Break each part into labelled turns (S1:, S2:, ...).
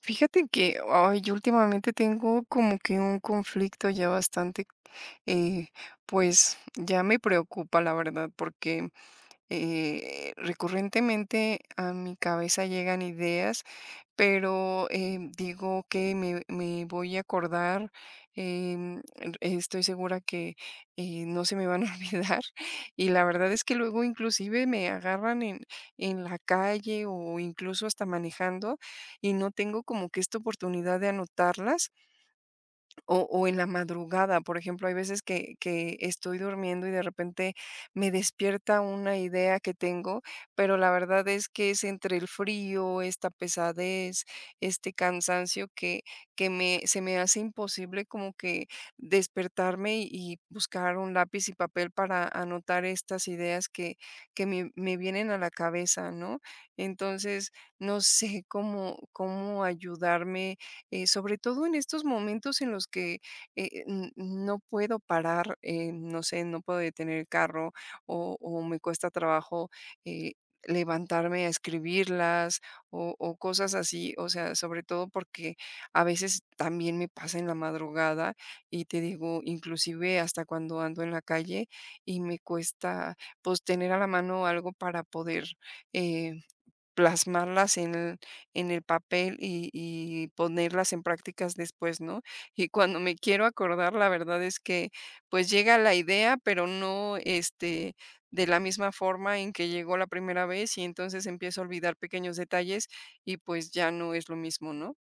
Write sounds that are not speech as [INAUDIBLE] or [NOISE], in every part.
S1: Fíjate que, ay, yo últimamente tengo como que un conflicto ya bastante, eh, pues ya me preocupa, la verdad, porque recurrentemente a mi cabeza llegan ideas pero, digo que me voy a acordar, estoy segura que, no se me van a [LAUGHS] olvidar. Y la verdad es que luego inclusive me agarran en la calle o incluso hasta manejando, y no tengo como que esta oportunidad de anotarlas, o en la madrugada, por ejemplo, hay veces que estoy durmiendo y de repente me despierta una idea que tengo, pero la verdad es que es entre el frío, esta pesadez, este cansancio que se me hace imposible como que despertarme y buscar un lápiz y papel para anotar estas ideas que me vienen a la cabeza, ¿no? Entonces, no sé cómo ayudarme sobre todo en estos momentos en los que no puedo parar, no puedo detener el carro o me cuesta trabajo eh, levantarme a escribirlas o cosas así, o sea, sobre todo porque a veces también me pasa en la madrugada y te digo, inclusive hasta cuando ando en la calle y me cuesta pues tener a la mano algo para poder eh, plasmarlas en el papel y ponerlas en prácticas después, ¿no? Y cuando me quiero acordar, la verdad es que, pues, llega la idea, pero no, este, de la misma forma en que llegó la primera vez, y entonces empiezo a olvidar pequeños detalles y, pues, ya no es lo mismo, ¿no?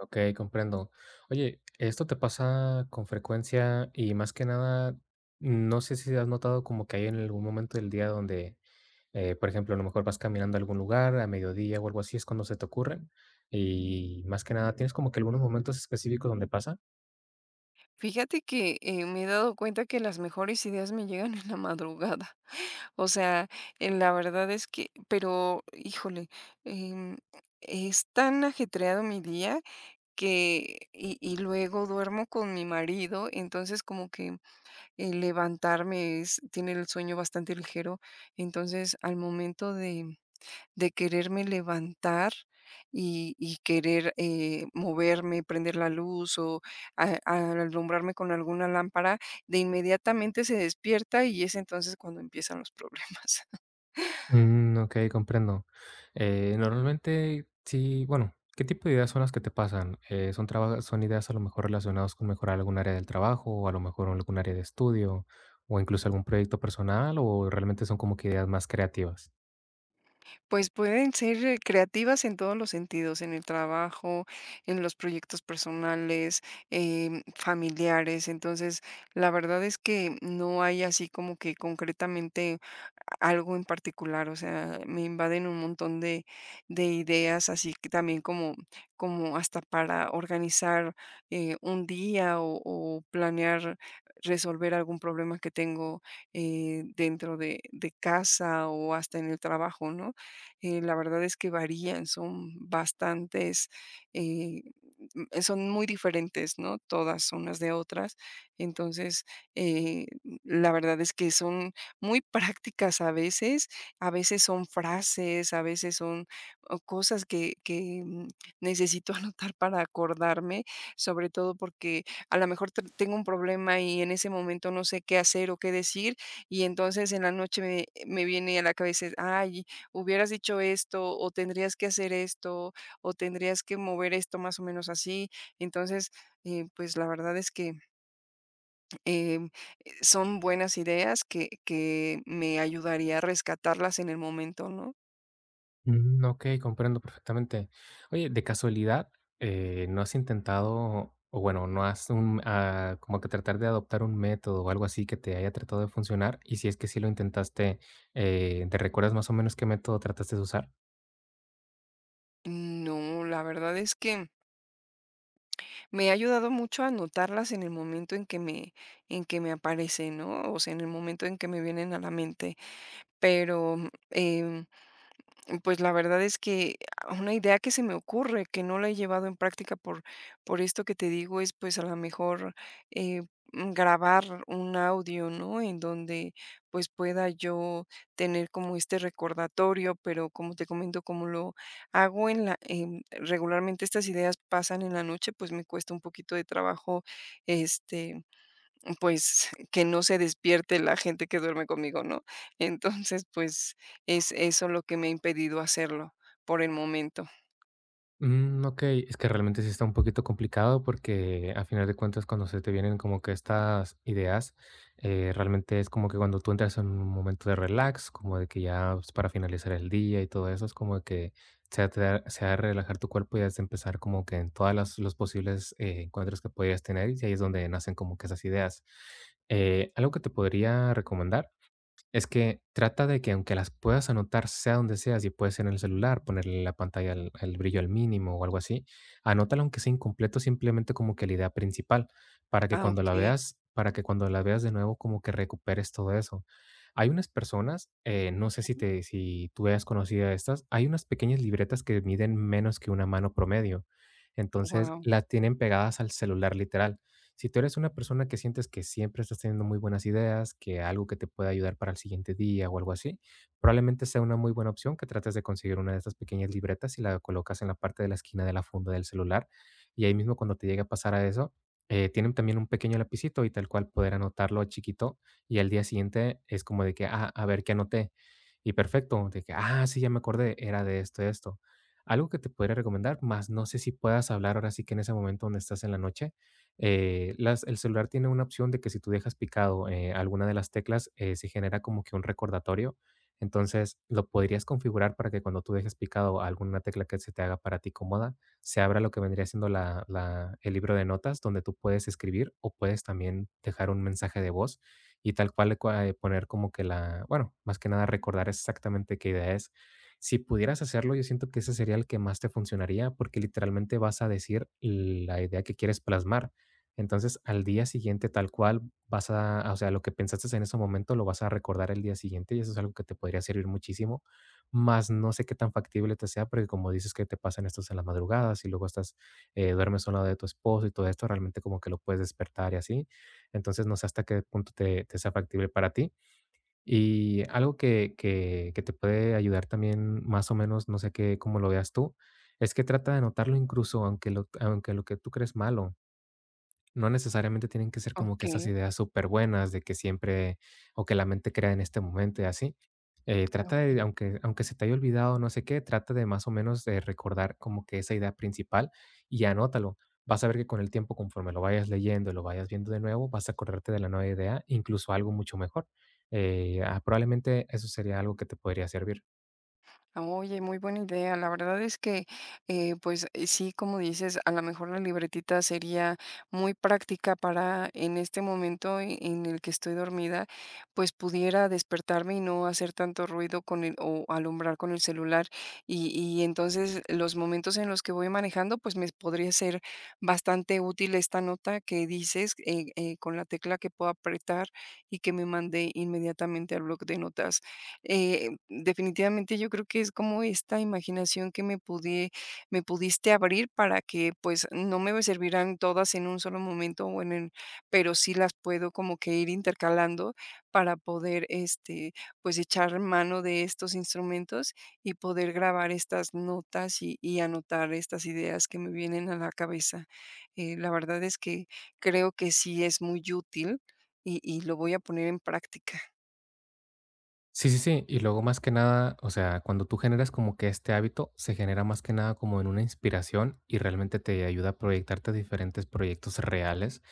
S2: Okey, comprendo. Oye, ¿esto te pasa con frecuencia? Y más que nada, no sé si has notado como que hay en algún momento del día donde, por ejemplo, a lo mejor vas caminando a algún lugar a mediodía o algo así, es cuando se te ocurren. Y más que nada, ¿tienes como que algunos momentos específicos donde pasa?
S1: Fíjate que, me he dado cuenta que las mejores ideas me llegan en la madrugada. O sea, la verdad es que pero, híjole, em, es tan ajetreado mi día que luego duermo con mi marido, entonces como que el levantarme es tiene el sueño bastante ligero, entonces al momento de quererme levantar y querer, moverme, prender la luz o alumbrarme con alguna lámpara, de inmediatamente se despierta y es entonces cuando empiezan los problemas.
S2: Mm, okey, comprendo. Normalmente sí, bueno, ¿qué tipo de ideas son las que te pasan? ¿Son ideas a lo mejor relacionadas con mejorar algún área del trabajo, o a lo mejor algún área de estudio, o incluso algún proyecto personal, o realmente son como que ideas más creativas?
S1: Pues pueden ser, creativas en todos los sentidos, en el trabajo, en los proyectos personales, familiares. Entonces, la verdad es que no hay así como que concretamente algo en particular, o sea, me invaden un montón de ideas, así que también como hasta para organizar, un día o planear resolver algún problema que tengo, dentro de casa o hasta en el trabajo, ¿no? La verdad es que varían, son bastantes, eh, son muy diferentes, ¿no? Todas unas de otras. Entonces, eh, la verdad es que son muy prácticas a veces son frases, a veces son o cosas que necesito [LAUGHS] anotar para acordarme, sobre todo porque a lo mejor tengo un problema y en ese momento no sé qué hacer o qué decir y entonces en la noche me viene a la cabeza, ay, hubieras dicho esto o tendrías que hacer esto o tendrías que mover esto más o menos así. Entonces, pues la verdad es que Em, son buenas ideas que me ayudaría a rescatarlas en el momento, ¿no?
S2: Mm, okey, comprendo perfectamente. Oye, de casualidad, ¿no has intentado o bueno, no has un ah, como que tratar de adoptar un método o algo así que te haya tratado de funcionar? Y si es que sí lo intentaste, ¿te recuerdas más o menos qué método trataste de usar?
S1: No, la verdad es que me ha ayudado mucho a anotarlas en el momento en que me aparecen, ¿no? O sea, en el momento en que me vienen a la mente, pero, em pues la verdad es que una idea que se me ocurre, que no la he llevado en práctica por esto que te digo, es pues a lo mejor eh, grabar un audio, ¿no? En donde pues pueda yo tener como este recordatorio, pero como te comento, como lo hago en la, regularmente estas ideas pasan en la noche, pues me cuesta un poquito de trabajo, este, pues, que no se despierte la gente que duerme conmigo, ¿no? Entonces, pues, es eso lo que me ha impedido hacerlo por el momento.
S2: Mm, okey. Es que realmente sí está un poquito complicado porque, a final de cuentas, cuando se te vienen como que estas ideas, realmente es como que cuando tú entras en un momento de relax, como de que ya, pues, para finalizar el día y todo eso, es como de que se ha te da se ha de relajar tu cuerpo y has de empezar como que en todas las los posibles, encuentros que podrías tener, y ahí es donde nacen como que esas ideas. Algo que te podría recomendar es que trata de que aunque las puedas anotar, sea donde sea, si puede ser en el celular, ponerle la pantalla al el brillo al mínimo o algo así, anótala aunque sea incompleto, simplemente como que la idea principal, para que
S1: Ah,
S2: cuando la
S1: okey.
S2: veas, para que cuando la veas de nuevo, como que recuperes todo eso. Hay unas personas, no sé si te, si tú hayas conocido a estas, hay unas pequeñas libretas que miden menos que una mano promedio. Entonces
S1: Wow.
S2: las tienen pegadas al celular literal. Si tú eres una persona que sientes que siempre estás teniendo muy buenas ideas, que algo que te pueda ayudar para el siguiente día o algo así, probablemente sea una muy buena opción que trates de conseguir una de estas pequeñas libretas y la colocas en la parte de la esquina de la funda del celular. Y ahí mismo cuando te llegue a pasar a eso, tienen también un pequeño lapicito y tal cual poder anotarlo chiquito y al día siguiente es como de que, ah, a ver qué anoté. Y perfecto, de que, ah, sí, ya me acordé, era de esto, de esto. Algo que te podría recomendar, más no sé si puedas hablar ahora sí que en ese momento donde estás en la noche, las, el celular tiene una opción de que si tú dejas picado alguna de las teclas, se genera como que un recordatorio. Entonces, lo podrías configurar para que cuando tú dejes picado alguna tecla que se te haga para ti cómoda, se abra lo que vendría siendo la, el libro de notas donde tú puedes escribir o puedes también dejar un mensaje de voz y tal cual le poner como que la, bueno, más que nada recordar exactamente qué idea es. Si pudieras hacerlo, yo siento que ese sería el que más te funcionaría porque literalmente vas a decir la idea que quieres plasmar entonces, al día siguiente, tal cual, vas a, o sea, lo que pensaste en ese momento lo vas a recordar el día siguiente y eso es algo que te podría servir muchísimo, más no sé qué tan factible te sea, porque como dices que te pasan estos en las madrugadas y luego estás, duermes a un lado de tu esposo y todo esto, realmente como que lo puedes despertar y así. Entonces, no sé hasta qué punto te, te sea factible para ti. Y algo que te puede ayudar también, más o menos, no sé qué, cómo lo veas tú, es que trata de notarlo incluso aunque lo que tú crees malo. No necesariamente tienen que ser como que esas
S1: Okey,
S2: ideas súper buenas de que siempre o que la mente crea en este momento y así. Trata
S1: okey.
S2: de, aunque, aunque se te haya olvidado no sé qué, trata de más o menos de recordar como que esa idea principal y anótalo. Vas a ver que con el tiempo, conforme lo vayas leyendo y lo vayas viendo de nuevo, vas a acordarte de la nueva idea, incluso algo mucho mejor. Probablemente eso sería algo que te podría servir.
S1: Oye, muy buena idea. La verdad es que, pues sí, como dices, a lo mejor la libretita sería muy práctica para en este momento en el que estoy dormida, pues pudiera despertarme y no hacer tanto ruido con el, o alumbrar con el celular. Y entonces los momentos en los que voy manejando, pues me podría ser bastante útil esta nota que dices con la tecla que puedo apretar y que me mande inmediatamente al bloc de notas. Definitivamente yo creo que es como esta imaginación que me pudiste abrir para que, pues, no me servirán todas en un solo momento o en el pero sí las puedo como que ir intercalando para poder, este, pues, echar mano de estos instrumentos y poder grabar estas notas y anotar estas ideas que me vienen a la cabeza. La verdad es que creo que sí es muy útil y lo voy a poner en práctica.
S2: Sí, sí, sí. Y luego más que nada, o sea, cuando tú generas como que este hábito, se genera más que nada como en una inspiración y realmente te ayuda a proyectarte a diferentes proyectos reales,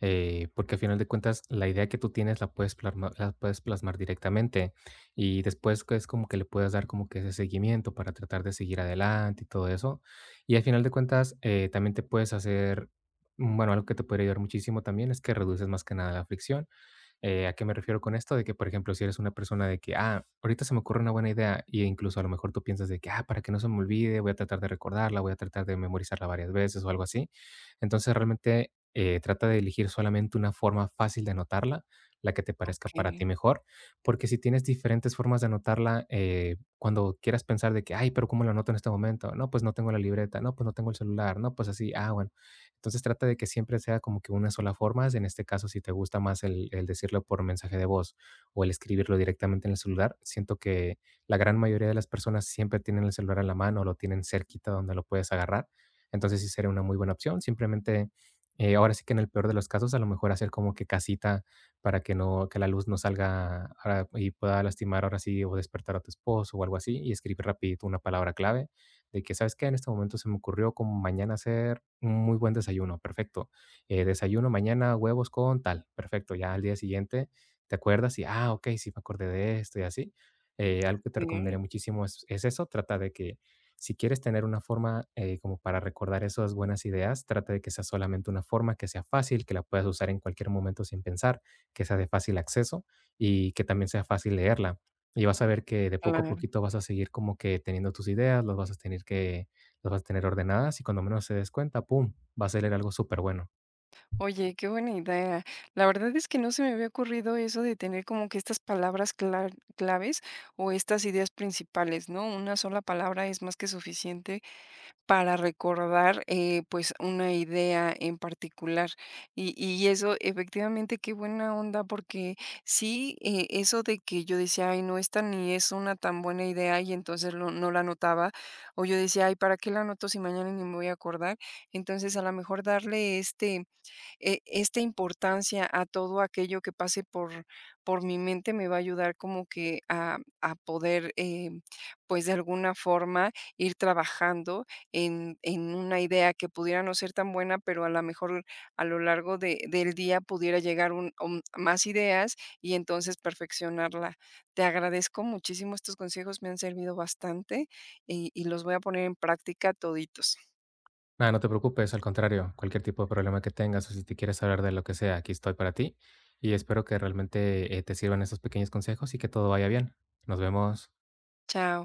S2: porque al final de cuentas la idea que tú tienes la puedes plasmar directamente y después que es como que le puedes dar como que ese seguimiento para tratar de seguir adelante y todo eso. Y al final de cuentas también te puedes hacer, bueno, algo que te puede ayudar muchísimo también es que reduces más que nada la fricción ¿a qué me refiero con esto? De que, por ejemplo, si eres una persona de que, ah, ahorita se me ocurre una buena idea y incluso a lo mejor tú piensas de que, ah, para que no se me olvide, voy a tratar de recordarla, voy a tratar de memorizarla varias veces o algo así. Entonces, realmente trata de elegir solamente una forma fácil de anotarla, la que te parezca para ti
S1: Okey,
S2: mejor, porque si tienes diferentes formas de anotarla, cuando quieras pensar de que, ay, pero ¿cómo lo anoto en este momento? No, pues no tengo la libreta, no, pues no tengo el celular, no, pues así, ah, bueno. Entonces trata de que siempre sea como que una sola forma, en este caso si te gusta más el decirlo por mensaje de voz o el escribirlo directamente en el celular, siento que la gran mayoría de las personas siempre tienen el celular en la mano o lo tienen cerquita donde lo puedes agarrar, entonces sí sería una muy buena opción, simplemente ahora sí que en el peor de los casos a lo mejor hacer como que casita para que no que la luz no salga ahora y pueda lastimar ahora sí o despertar a tu esposo o algo así y escribir rapidito una palabra clave de que, ¿sabes qué? En este momento se me ocurrió como mañana hacer un muy buen desayuno, perfecto. Desayuno mañana huevos con tal, perfecto. Ya al día siguiente te acuerdas y, ah, ok, sí me acordé de esto y así. Algo que te recomendaría
S1: sí.
S2: muchísimo es eso, trata de que si quieres tener una forma como para recordar esas buenas ideas, trata de que sea solamente una forma que sea fácil, que la puedas usar en cualquier momento sin pensar, que sea de fácil acceso y que también sea fácil leerla y vas a ver que de poco a
S1: Claro.
S2: poquito vas a seguir como que teniendo tus ideas, las vas a tener que las vas a tener ordenadas y cuando menos te des cuenta, pum, va a salir algo súper bueno.
S1: Oye, qué buena idea. La verdad es que no se me había ocurrido eso de tener como que estas palabras claves o estas ideas principales, ¿no? Una sola palabra es más que suficiente para recordar pues una idea en particular. Y eso, efectivamente, qué buena onda, porque sí, eso de que yo decía, ay, no, esta ni es una tan buena idea y entonces no la anotaba, o yo decía, ay, ¿para qué la anoto si mañana ni me voy a acordar? Entonces, a lo mejor darle este esta importancia a todo aquello que pase por mi mente me va a ayudar como que a poder, pues de alguna forma, ir trabajando en una idea que pudiera no ser tan buena, pero a lo mejor a lo largo del día pudiera llegar más ideas y entonces perfeccionarla. Te agradezco muchísimo estos consejos, me han servido bastante y los voy a poner en práctica toditos.
S2: Nada, no te preocupes, al contrario, cualquier tipo de problema que tengas o si te quieres hablar de lo que sea, aquí estoy para ti y espero que realmente, te sirvan esos pequeños consejos y que todo vaya bien. Nos vemos.
S1: Chao.